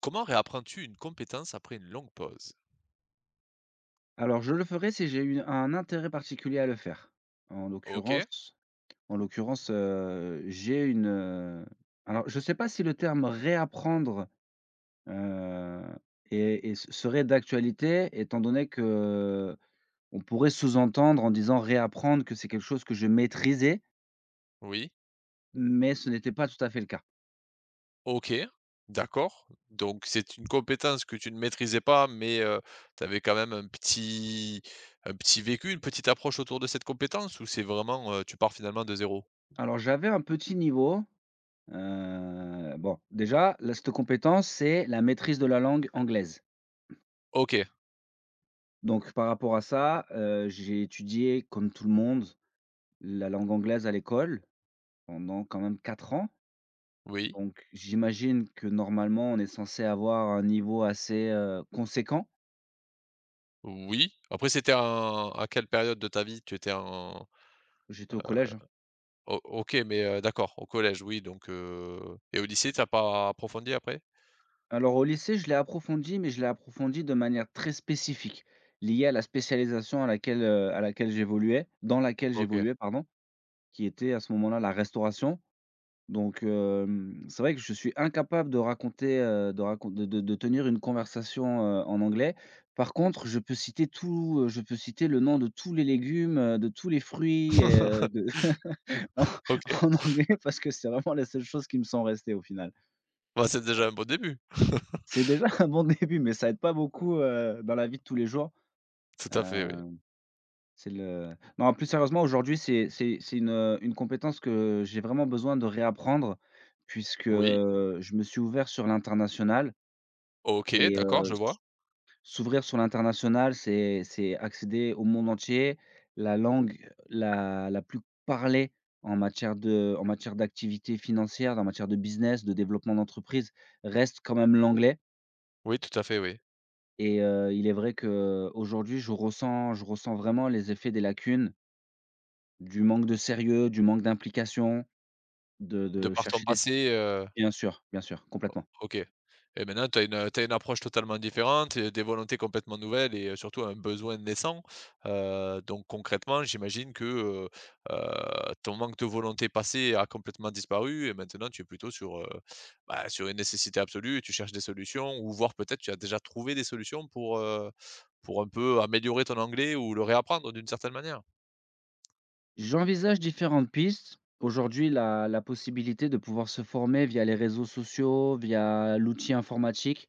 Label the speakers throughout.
Speaker 1: Comment réapprends-tu une compétence après une longue pause?
Speaker 2: Alors je le ferai si j'ai eu un intérêt particulier à le faire. En
Speaker 1: OK,
Speaker 2: l'occurrence en l'occurrence, j'ai une, alors je sais pas si le terme «réapprendre», heu, est serait d'actualité étant donné qu'on pourrait sous-entendre en disant «réapprendre» que c'est quelque chose que je maîtrisais,
Speaker 1: oui,
Speaker 2: mais ce n'était pas tout à fait le cas.
Speaker 1: OK, d'accord. Donc c'est une compétence que tu ne maîtrisais pas, mais tu avais quand même un petit vécu, une petite approche autour de cette compétence ou c'est vraiment, tu pars finalement de zéro.
Speaker 2: Alors j'avais un petit niveau, bon déjà là cette compétence, c'est la maîtrise de la langue anglaise.
Speaker 1: OK,
Speaker 2: Donc par rapport à ça, j'ai étudié comme tout le monde, la langue anglaise à l'école pendant quand même 4 ans.
Speaker 1: oui,
Speaker 2: Donc j'imagine que normalement on est censé avoir un niveau assez, conséquent.
Speaker 1: oui. Après c'était en à quelle période de ta vie? Tu étais en
Speaker 2: J'étais au collège, hein.
Speaker 1: O OK, mais d'accord, au collège, oui, donc et au lycée, t'as pas approfondi après?
Speaker 2: Alors au lycée, je l'ai approfondi, mais je l'ai approfondi de manière très spécifique, liée à la spécialisation à laquelle j'évoluais dans laquelle
Speaker 1: OK.
Speaker 2: j'évoluais pardon, qui était à ce moment-là la restauration. Donc hem, c'est vrai que je suis incapable de raconter, de racon de tenir une conversation, en anglais. Par contre, je peux citer tout, je peux citer le nom de tous les légumes, de tous les fruits et de en
Speaker 1: OK.
Speaker 2: en anglais parce que c'est vraiment les seules choses qui me sont restées au final.
Speaker 1: Bah, c'est déjà un bon début.
Speaker 2: C'est déjà un bon début, mais ça aide pas beaucoup, dans la vie de tous les jours.
Speaker 1: Tout à fait,
Speaker 2: Heu,
Speaker 1: oui.
Speaker 2: c'est le Non, plus sérieusement, aujourd'hui, c'est une compétence que j'ai vraiment besoin de réapprendre puisque
Speaker 1: Oui.
Speaker 2: je me suis ouvert sur l'international.
Speaker 1: OK,
Speaker 2: Et
Speaker 1: d'accord, je vois.
Speaker 2: s'ouvrir sur l'international, c'est accéder au monde entier. La langue la plus parlée en matière d'activité financière, en matière de business, de développement d'entreprise, reste quand même l'anglais.
Speaker 1: Oui, tout à fait, oui.
Speaker 2: Et il est vrai que aujourd'hui, je ressens vraiment les effets des lacunes, du manque de sérieux, du manque d'implication,
Speaker 1: De
Speaker 2: de
Speaker 1: par ton
Speaker 2: chercher des
Speaker 1: passé,
Speaker 2: bien sûr, complètement.
Speaker 1: OK. Et maintenant tu as une approche totalement différente, des volontés complètement nouvelles et surtout un besoin naissant. Donc concrètement, j'imagine que, ton manque de volonté passée a complètement disparu et maintenant tu es plutôt sur, bah, sur une nécessité absolue. Tu cherches des solutions ou voire peut-être tu as déjà trouvé des solutions pour un peu améliorer ton anglais ou le réapprendre d'une certaine manière.
Speaker 2: J'envisage différentes pistes. Aujourd'hui, la possibilité de pouvoir se former via les réseaux sociaux, via l'outil informatique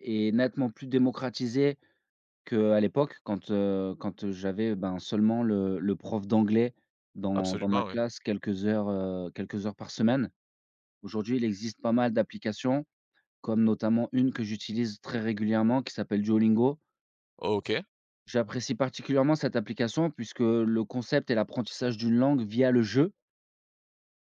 Speaker 2: est nettement plus démocratisée qu'à l'époque quand j'avais, ben, seulement le prof d'anglais dans ma
Speaker 1: Absolument, oui.
Speaker 2: classe quelques heures par semaine. Aujourd'hui, il existe pas mal d'applications, comme notamment une que j'utilise très régulièrement qui s'appelle Duolingo.
Speaker 1: OK,
Speaker 2: J'apprécie particulièrement cette application puisque le concept est l'apprentissage d'une langue via le jeu.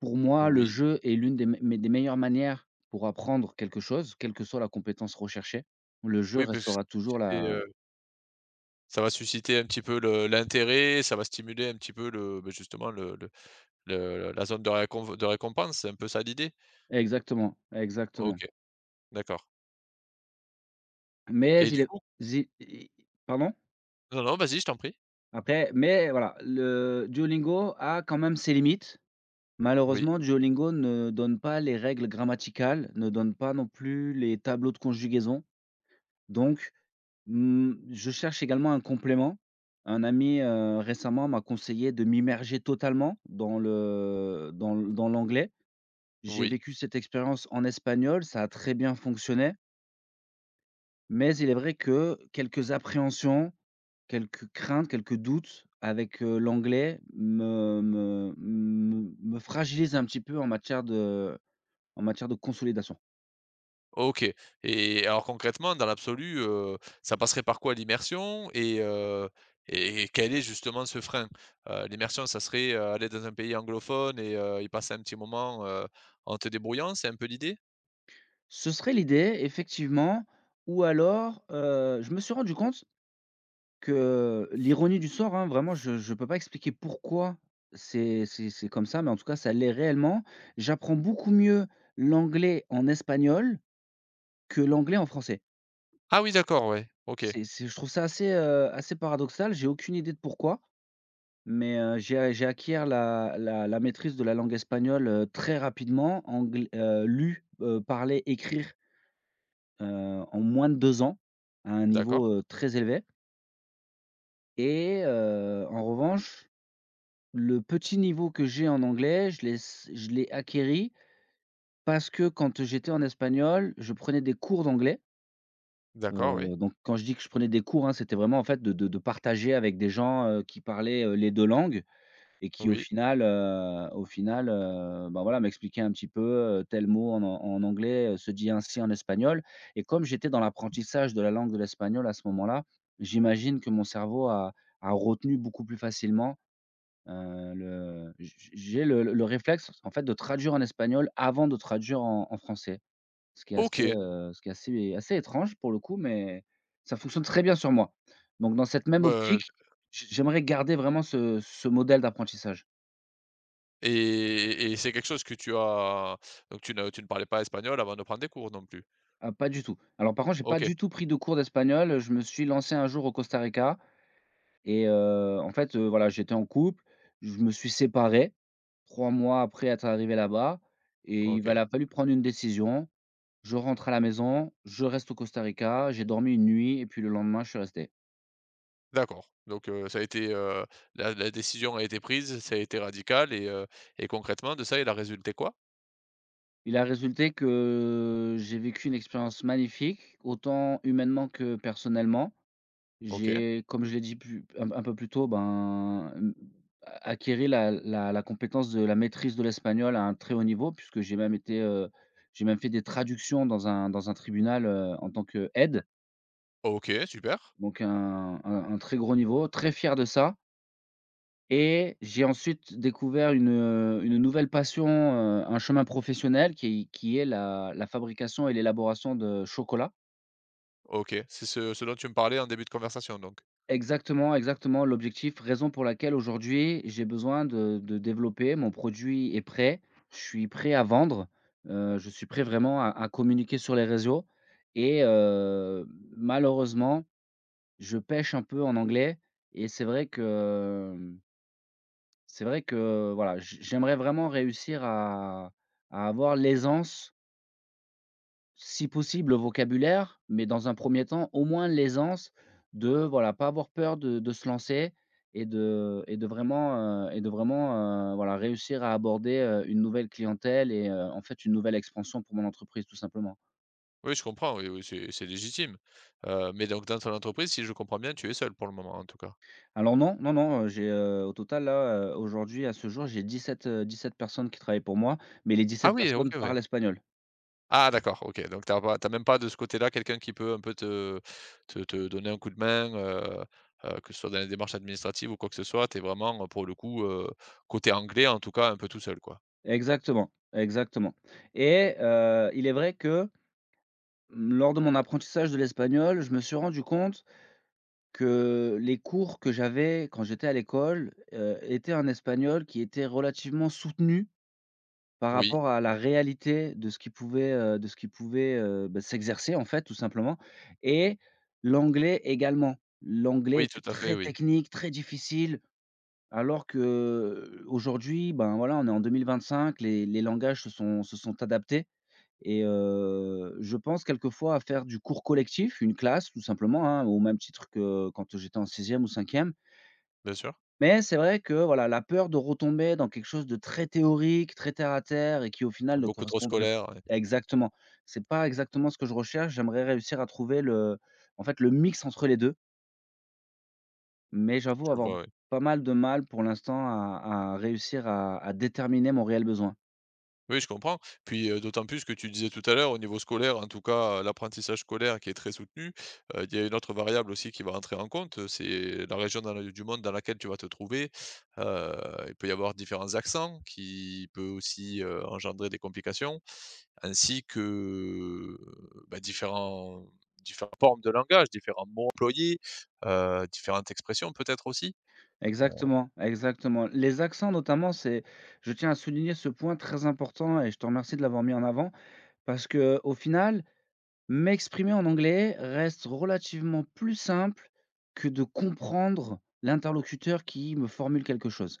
Speaker 2: Pour moi, le
Speaker 1: oui.
Speaker 2: jeu est l'une des me mais des meilleures manières pour apprendre quelque chose, quelle que soit la compétence recherchée. Le jeu
Speaker 1: Oui, parce que
Speaker 2: restera toujours la…
Speaker 1: ça va susciter un petit peu le l'intérêt, ça va stimuler un petit peu le, beh, justement le la zone de récomp de récompense, c'est un peu ça l'idée?
Speaker 2: Exactement, exactement.
Speaker 1: OK, d'accord.
Speaker 2: Mais
Speaker 1: Et
Speaker 2: il
Speaker 1: du
Speaker 2: est
Speaker 1: coup
Speaker 2: zi i pardon?
Speaker 1: non, non, vas-y, je t'en prie.
Speaker 2: Après mais voilà, le Duolingo a quand même ses limites.
Speaker 1: Oui,
Speaker 2: Malheureusement, Duolingo ne donne pas les règles grammaticales, ne donne pas non plus les tableaux de conjugaison. Donc mmh, je cherche également un complément. Un ami, récemment m'a conseillé de m'immerger totalement dans le dans l dans l'anglais. J'ai
Speaker 1: oui.
Speaker 2: vécu cette expérience en espagnol, ça a très bien fonctionné, mais il est vrai que quelques appréhensions, quelques craintes, quelques doutes avec, l'anglais me fragilisent un petit peu en matière de consolidation.
Speaker 1: OK. Et alors concrètement, dans l'absolu, ça passerait par quoi l'immersion et quel est justement ce frein? L'immersion, ça serait, aller dans un pays anglophone et y passer un petit moment, en te débrouillant, c'est un peu l'idée?
Speaker 2: Ce serait l'idée effectivement, ou alors, je me suis rendu compte que l'ironie du sort, hein, vraiment, je peux pas expliquer pourquoi c'est comme ça, mais en tout cas, ça l'est réellement. J'apprends beaucoup mieux l'anglais en espagnol que l'anglais en français.
Speaker 1: Ah oui d'accord, ouais. OK.
Speaker 2: C'est Je trouve ça assez, assez paradoxal. J'ai aucune idée de pourquoi, mais, j'ai acquiert la maîtrise de la langue espagnole, très rapidement, angl lu, parler, écrire, en moins de 2 ans, à un
Speaker 1: D'accord,
Speaker 2: niveau, très élevé, et en revanche le petit niveau que j'ai en anglais, je l'ai acquéri parce que quand j'étais en espagnol, je prenais des cours d'anglais.
Speaker 1: d'accord, oui,
Speaker 2: Donc quand je dis que je prenais des cours, hein, c'était vraiment en fait de partager avec des gens, qui parlaient, les 2 langues et qui au
Speaker 1: oui.
Speaker 2: final, bah, voilà, m'expliquaient un petit peu, tel mot en anglais, se dit ainsi en espagnol, et comme j'étais dans l'apprentissage de la langue de l'espagnol à ce moment-là, j'imagine que mon cerveau a retenu beaucoup plus facilement… le j'ai le réflexe en fait de traduire en espagnol avant de traduire en français. Ce qui est assez,
Speaker 1: OK,
Speaker 2: heu, ce qui est assez étrange pour le coup, mais ça fonctionne très bien sur moi. Donc dans cette même
Speaker 1: bah
Speaker 2: optique, j'aimerais garder vraiment ce modèle d'apprentissage.
Speaker 1: et c'est quelque chose que tu as donc tu ne parlais pas espagnol avant de prendre des cours non plus?
Speaker 2: Ah pas du tout. Alors par contre, j'ai pas
Speaker 1: OK,
Speaker 2: du tout pris de cours d'espagnol, je me suis lancé un jour au Costa Rica. Et en fait, voilà, j'étais en couple, je me suis séparé 3 mois après être arrivé là-bas et il va
Speaker 1: OK.
Speaker 2: a fallu prendre une décision. Je rentre à la maison, je reste au Costa Rica, j'ai dormi une nuit et puis le lendemain, je suis resté.
Speaker 1: D'accord. Donc, ça a été, la la décision a été prise, ça a été radical et concrètement de ça, il a résulté quoi?
Speaker 2: Il a résulté que j'ai vécu une expérience magnifique, autant humainement que personnellement.
Speaker 1: OK.
Speaker 2: J'ai, comme je l'ai dit plus un peu plus tôt, ben, hem, a acquéri la compétence de la maîtrise de l'espagnol à un très haut niveau puisque j'ai même été, j'ai même fait des traductions dans un tribunal, en tant qu'aide,
Speaker 1: OK, super.
Speaker 2: donc un très gros niveau, très fier de ça. Et j'ai ensuite découvert une nouvelle passion, un chemin professionnel qui est la fabrication et l'élaboration de chocolat.
Speaker 1: OK. C'est ce dont tu me parlais en début de conversation donc?
Speaker 2: Exactement, exactement l'objectif, raison pour laquelle aujourd'hui j'ai besoin de développer. Mon produit est prêt, je suis prêt à vendre, je suis prêt vraiment à communiquer sur les réseaux et malheureusement, je pêche un peu en anglais et c'est vrai que, mmh, c'est vrai que, voilà, j'aimerais vraiment réussir à avoir l'aisance si possible, le vocabulaire, mais dans un premier temps, au moins l'aisance de, voilà, pas avoir peur de se lancer et de vraiment, voilà, réussir à aborder, une nouvelle clientèle et en fait, une nouvelle expansion pour mon entreprise, tout simplement.
Speaker 1: Oui, je comprends, oui, oui, c'est légitime. Mais donc dans ton entreprise, si je comprends bien, tu es seul pour le moment, en tout cas?
Speaker 2: Alors non, non, non, j'ai, au total là, aujourd'hui, à ce jour, j'ai 17, 17 personnes qui travaillent pour moi, mais les
Speaker 1: Ah
Speaker 2: 17
Speaker 1: oui, OK,
Speaker 2: personnes
Speaker 1: ouais.
Speaker 2: parlent espagnol.
Speaker 1: Ah d'accord, OK, donc t'as pas tu même pas de ce côté-là quelqu'un qui peut un peu te donner un coup de main, que ce soit dans les démarches administratives ou quoi que ce soit. T'es vraiment, pour le coup, côté anglais, en tout cas, un peu tout seul, quoi?
Speaker 2: Exactement, exactement. Et il est vrai que, mmh, lors de mon apprentissage de l'espagnol, je me suis rendu compte que les cours que j'avais quand j'étais à l'école, étaient un espagnol qui était relativement soutenu par
Speaker 1: Oui,
Speaker 2: rapport à la réalité de ce qui pouvait, bah, s'exercer en fait tout simplement. Et l'anglais également. L'anglais
Speaker 1: oui,
Speaker 2: était
Speaker 1: tout à fait,
Speaker 2: très
Speaker 1: oui,
Speaker 2: technique, très difficile, alors que aujourd'hui ben, voilà, on est en 2025, les langages se sont adaptés et je pense quelquefois à faire du cours collectif, une classe tout simplement, hein, au même titre que quand j'étais en sixième ou cinquième.
Speaker 1: bien sûr.
Speaker 2: Mais c'est vrai que voilà, la peur de retomber dans quelque chose de très théorique, très terre à terre et qui au final ne
Speaker 1: Beaucoup trop
Speaker 2: correspondrait…
Speaker 1: scolaire, ouais,
Speaker 2: Exactement. C'est pas exactement ce que je recherche. J'aimerais réussir à trouver le… en fait, le mix entre les 2. Mais j'avoue
Speaker 1: je
Speaker 2: avoir
Speaker 1: vois, oui.
Speaker 2: pas mal de mal pour l'instant à réussir à déterminer mon réel besoin.
Speaker 1: Oui, je comprends. Puis, d'autant plus que tu disais tout à l'heure, au niveau scolaire, en tout cas, l'apprentissage scolaire qui est très soutenu, il y a une autre variable aussi qui va rentrer en compte, c'est la région dans la du monde dans laquelle tu vas te trouver. Heu, il peut y avoir différents accents qui peut aussi, engendrer des complications, ainsi que, bah, différents différentes formes de langage, différents mots employés, différentes expressions peut-être aussi?
Speaker 2: Exactement, exactement. Les accents notamment, c'est je tiens à souligner ce point très important et je te remercie de l'avoir mis en avant parce que, au final, m'exprimer en anglais reste relativement plus simple que de comprendre l'interlocuteur qui me formule quelque chose.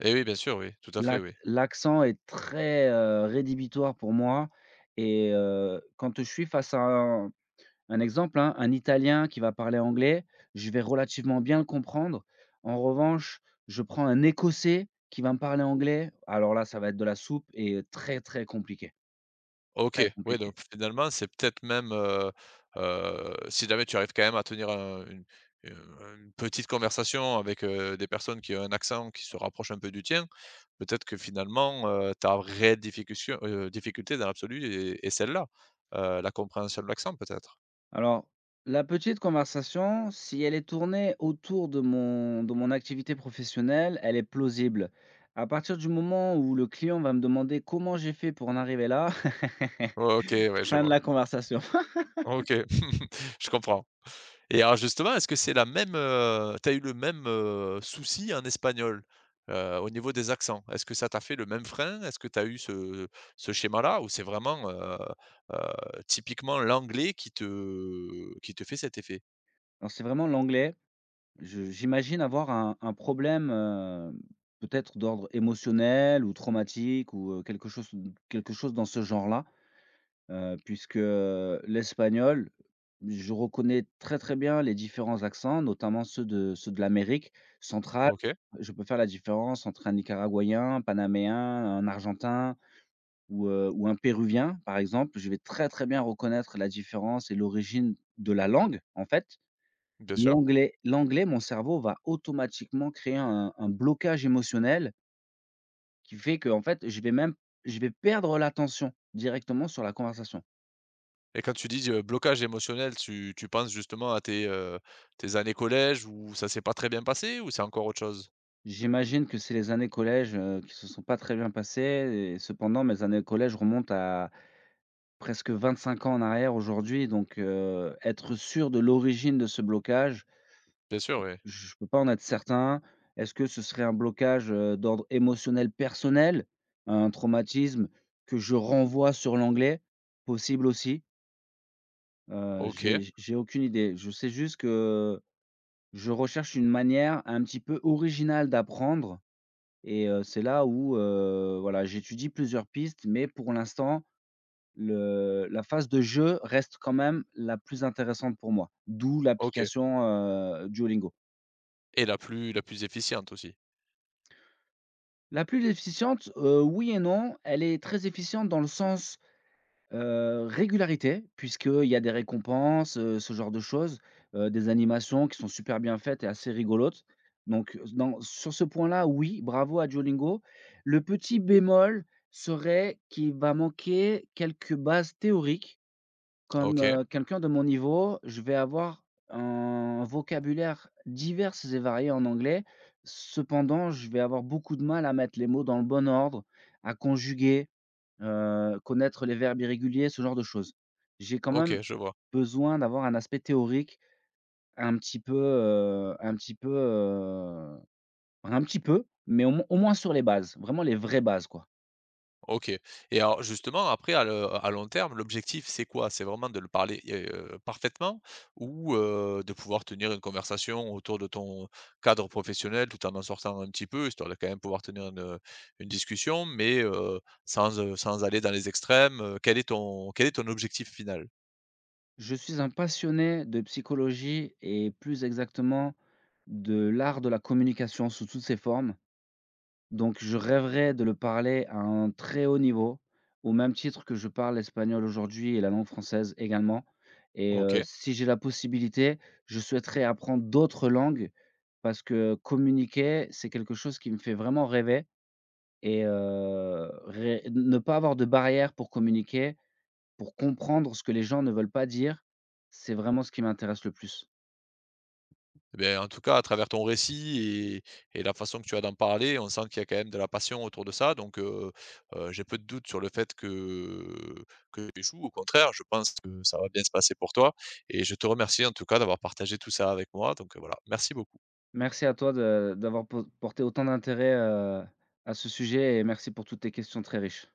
Speaker 1: Et oui, bien sûr, oui, tout à fait, oui.
Speaker 2: L'accent est très, rédhibitoire pour moi et quand je suis face à un exemple, hein, un Italien qui va parler anglais, je vais relativement bien le comprendre. En revanche, je prends un Écossais qui va me parler anglais, alors là, ça va être de la soupe et très, très compliqué,
Speaker 1: OK,
Speaker 2: très
Speaker 1: oui,
Speaker 2: compliqué.
Speaker 1: donc finalement, c'est peut-être même, si jamais tu arrives quand même à tenir un heu, une petite conversation avec, des personnes qui ont un accent qui se rapproche un peu du tien, peut-être que finalement, ta vraie difficulté, difficulté dans l'absolu est celle-là, la compréhension de l'accent peut-être?
Speaker 2: Alors, la petite conversation, si elle est tournée autour de mon activité professionnelle, elle est plausible. À partir du moment où le client va me demander comment j'ai fait pour en arriver là,
Speaker 1: OK, ouais, je
Speaker 2: fin de
Speaker 1: vois.
Speaker 2: la conversation.
Speaker 1: OK, je comprends. Et alors justement, est-ce que c'est la même, tu eu le même, souci en espagnol, au niveau des accents? Est-ce que ça t'a fait le même frein? Est-ce que t'as eu ce schéma-là ou c'est vraiment, typiquement l'anglais qui te fait cet effet?
Speaker 2: Alors c'est vraiment l'anglais. Je j'imagine avoir un problème, peut-être d'ordre émotionnel ou traumatique ou, heu, quelque chose dans ce genre-là, puisque, l'espagnol, je reconnais très, très bien les différents accents, notamment ceux de l'Amérique centrale.
Speaker 1: OK,
Speaker 2: Je peux faire la différence entre un Nicaraguayen, un Panaméen, un Argentin ou un Péruvien, par exemple. Je vais très, très bien reconnaître la différence et l'origine de la langue, en fait.
Speaker 1: bien sûr.
Speaker 2: L'anglais, mon cerveau va automatiquement créer un blocage émotionnel qui fait que en fait, je vais même… je vais perdre l'attention directement sur la conversation.
Speaker 1: Et quand tu dis, blocage émotionnel, tu penses justement à tes, tes années collège où ça s'est pas très bien passé ou c'est encore autre chose?
Speaker 2: J'imagine que c'est les années collège, qui se sont pas très bien passées, et cependant mes années collège remontent à presque 25 ans en arrière aujourd'hui donc être sûr de l'origine de ce blocage…
Speaker 1: Bien sûr, oui.
Speaker 2: Je peux pas en être certain. Est-ce que ce serait un blocage, d'ordre émotionnel personnel? Un traumatisme que je renvoie sur l'anglais? Possible aussi. Heu,
Speaker 1: OK,
Speaker 2: j'ai j'ai aucune idée. Je sais juste que je recherche une manière un petit peu originale d'apprendre et c'est là où, voilà, j'étudie plusieurs pistes, mais pour l'instant, le la phase de jeu reste quand même la plus intéressante pour moi, d'où
Speaker 1: OK.
Speaker 2: l'application, Duolingo.
Speaker 1: Et la plus efficiente aussi.
Speaker 2: La plus efficiente, oui et non. Elle est très efficiente dans le sens, régularité, puisqu'il y a des récompenses, ce genre de choses, des animations qui sont super bien faites et assez rigolotes. Donc dans sur ce point-là, oui, bravo à Duolingo. Le petit bémol serait qu'il va manquer quelques bases théoriques comme,
Speaker 1: OK,
Speaker 2: quelqu'un de mon niveau, je vais avoir un vocabulaire divers et varié en anglais. Cependant, je vais avoir beaucoup de mal à mettre les mots dans le bon ordre, à conjuguer, connaître les verbes irréguliers, ce genre de choses. J'ai quand même
Speaker 1: OK, je vois.
Speaker 2: besoin d'avoir un aspect théorique un petit peu, un petit peu, mais au moins sur les bases, vraiment les vraies bases, quoi.
Speaker 1: OK. Et alors justement après à le à long terme, l'objectif c'est quoi? C'est vraiment de le parler, parfaitement ou de pouvoir tenir une conversation autour de ton cadre professionnel tout en en sortant un petit peu, histoire de quand même pouvoir tenir une discussion mais sans, sans aller dans les extrêmes, quel est ton objectif final?
Speaker 2: Je suis un passionné de psychologie et plus exactement de l'art de la communication sous toutes ses formes. Donc je rêverais de le parler à un très haut niveau, au même titre que je parle l'espagnol aujourd'hui et la langue française également. Et
Speaker 1: OK.
Speaker 2: si j'ai la possibilité, je souhaiterais apprendre d'autres langues parce que communiquer, c'est quelque chose qui me fait vraiment rêver et ré ne pas avoir de barrière pour communiquer, pour comprendre ce que les gens ne veulent pas dire, c'est vraiment ce qui m'intéresse le plus.
Speaker 1: Eh beh, en tout cas, à travers ton récit et la façon que tu as d'en parler, on sent qu'il y a quand même de la passion autour de ça donc j'ai peu de doutes sur le fait que tu échoues. Au contraire, je pense que ça va bien se passer pour toi et je te remercie en tout cas d'avoir partagé tout ça avec moi donc voilà, merci beaucoup.
Speaker 2: Merci à toi de d'avoir po porté autant d'intérêt, à ce sujet et merci pour toutes tes questions très riches.